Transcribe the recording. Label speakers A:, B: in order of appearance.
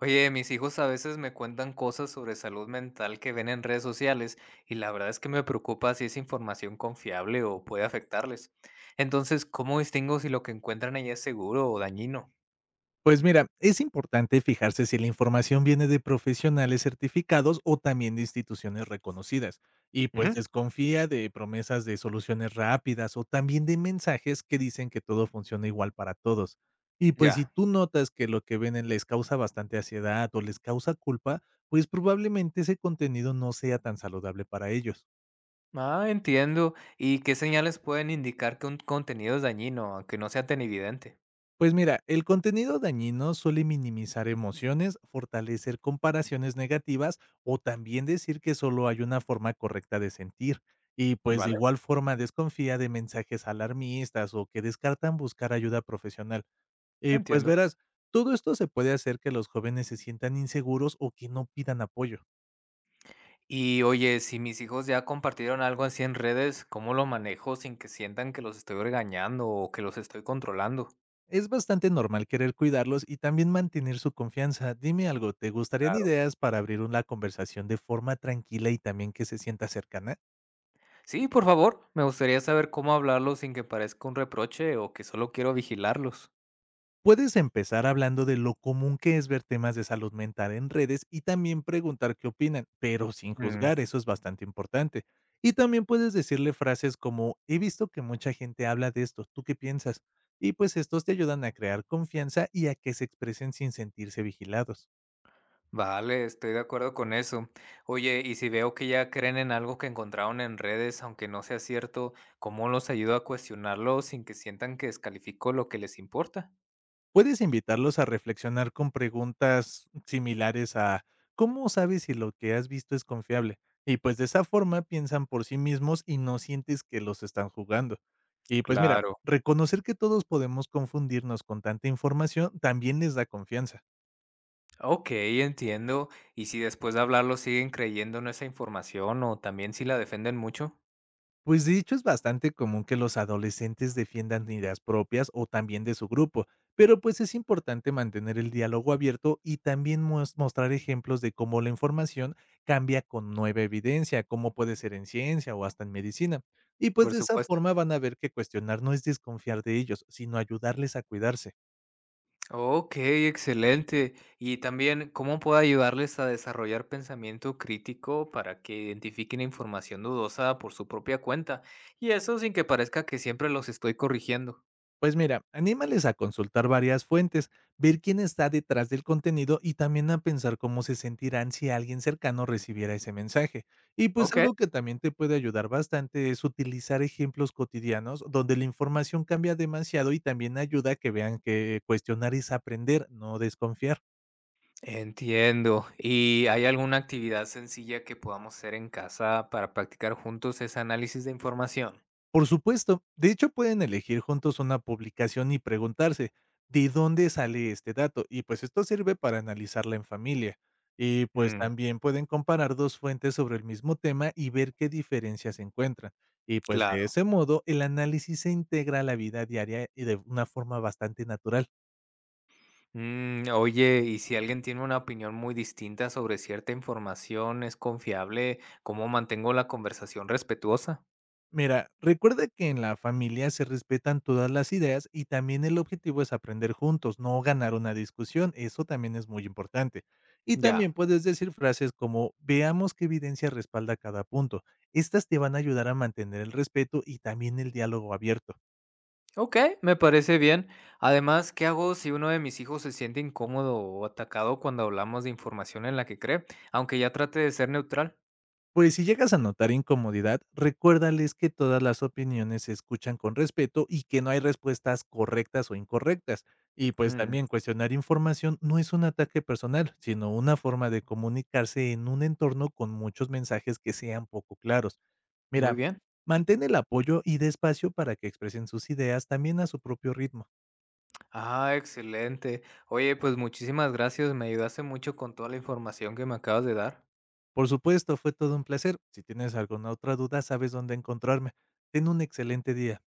A: Oye, mis hijos a veces me cuentan cosas sobre salud mental que ven en redes sociales y la verdad es que me preocupa si es información confiable o puede afectarles. Entonces, ¿cómo distingo si lo que encuentran allí es seguro o dañino?
B: Pues mira, es importante fijarse si la información viene de profesionales certificados o también de instituciones reconocidas. Y pues
A: Ujú.
B: desconfía de promesas de soluciones rápidas o también de mensajes que dicen que todo funciona igual para todos. Y pues si
A: Ya.
B: tú notas que lo que ven les causa bastante ansiedad o les causa culpa, pues probablemente ese contenido no sea tan saludable para ellos.
A: Ah, entiendo. ¿Y qué señales pueden indicar que un contenido es dañino, aunque no sea tan evidente?
B: Pues mira, el contenido dañino suele minimizar emociones, fortalecer comparaciones negativas o también decir que solo hay una forma correcta de sentir. Y pues de
A: Vale,
B: igual forma desconfía de mensajes alarmistas o que descartan buscar ayuda profesional. Y pues
A: entiendo.
B: verás, todo esto se puede hacer que los jóvenes se sientan inseguros o que no pidan apoyo.
A: Y oye, si mis hijos ya compartieron algo así en redes, ¿cómo lo manejo sin que sientan que los estoy regañando o que los estoy controlando?
B: Es bastante normal querer cuidarlos y también mantener su confianza. Dime algo, ¿te gustarían
A: Claro.
B: ideas para abrir una conversación de forma tranquila y también que se sienta cercana?
A: Sí, por favor, me gustaría saber cómo hablarlo sin que parezca un reproche o que solo quiero vigilarlos.
B: Puedes empezar hablando de lo común que es ver temas de salud mental en redes y también preguntar qué opinan, pero sin
A: Mm.
B: juzgar, eso es bastante importante. Y también puedes decirle frases como: he visto que mucha gente habla de esto, ¿tú qué piensas? Y pues estos te ayudan a crear confianza y a que se expresen sin sentirse vigilados.
A: Vale, estoy de acuerdo con eso. Oye, y si veo que ya creen en algo que encontraron en redes, aunque no sea cierto, ¿cómo los ayudo a cuestionarlo sin que sientan que descalifico lo que les importa?
B: Puedes invitarlos a reflexionar con preguntas similares a: ¿cómo sabes si lo que has visto es confiable? Y pues de esa forma piensan por sí mismos y no sientes que los están jugando. Y pues mira,
A: Claro.
B: reconocer que todos podemos confundirnos con tanta información también les da confianza.
A: Ok, entiendo. ¿Y si después de hablarlo siguen creyendo en esa información o también si la defienden mucho?
B: Pues de hecho es bastante común que los adolescentes defiendan ideas propias o también de su grupo, pero pues es importante mantener el diálogo abierto y también mostrar ejemplos de cómo la información cambia con nueva evidencia, como puede ser en ciencia o hasta en medicina. Y pues
A: Por
B: de esa
A: supuesto.
B: forma van a ver que cuestionar no es desconfiar de ellos, sino ayudarles a cuidarse.
A: Okey, excelente. Y también, ¿cómo puedo ayudarles a desarrollar pensamiento crítico para que identifiquen información dudosa por su propia cuenta? Y eso sin que parezca que siempre los estoy corrigiendo.
B: Pues mira, anímales a consultar varias fuentes, ver quién está detrás del contenido y también a pensar cómo se sentirán si alguien cercano recibiera ese mensaje. Y pues
A: Okey,
B: algo que también te puede ayudar bastante es utilizar ejemplos cotidianos donde la información cambia demasiado y también ayuda a que vean que cuestionar es aprender, no desconfiar.
A: entiendo. ¿Y hay alguna actividad sencilla que podamos hacer en casa para practicar juntos ese análisis de información?
B: Por supuesto. De hecho, pueden elegir juntos una publicación y preguntarse: ¿de dónde sale este dato? Y pues esto sirve para analizarla en familia. Y pues
A: Mm.
B: también pueden comparar dos fuentes sobre el mismo tema y ver qué diferencias se encuentran. Y pues
A: Claro.
B: de ese modo, el análisis se integra a la vida diaria y de una forma bastante natural.
A: Mm. Oye, ¿y si alguien tiene una opinión muy distinta sobre cierta información, es confiable? ¿Cómo mantengo la conversación respetuosa?
B: Mira, recuerda que en la familia se respetan todas las ideas y también el objetivo es aprender juntos, no ganar una discusión. Eso también es muy importante. Y
A: Ya.
B: también puedes decir frases como: veamos qué evidencia respalda cada punto. Estas te van a ayudar a mantener el respeto y también el diálogo abierto.
A: Ok, me parece bien. Además, ¿qué hago si uno de mis hijos se siente incómodo o atacado cuando hablamos de información en la que cree, aunque ya trate de ser neutral?
B: Pues si llegas a notar incomodidad, recuérdales que todas las opiniones se escuchan con respeto y que no hay respuestas correctas o incorrectas. Y pues
A: Mm.
B: también cuestionar información no es un ataque personal, sino una forma de comunicarse en un entorno con muchos mensajes que sean poco claros.
A: Muy
B: Mira,
A: bien.
B: mantén el apoyo y despacio para que expresen sus ideas también a su propio ritmo.
A: Ah, excelente. Oye, pues muchísimas gracias, me ayudaste mucho con toda la información que me acabas de dar.
B: Por supuesto, fue todo un placer. Si tienes alguna otra duda, sabes dónde encontrarme. Ten un excelente día.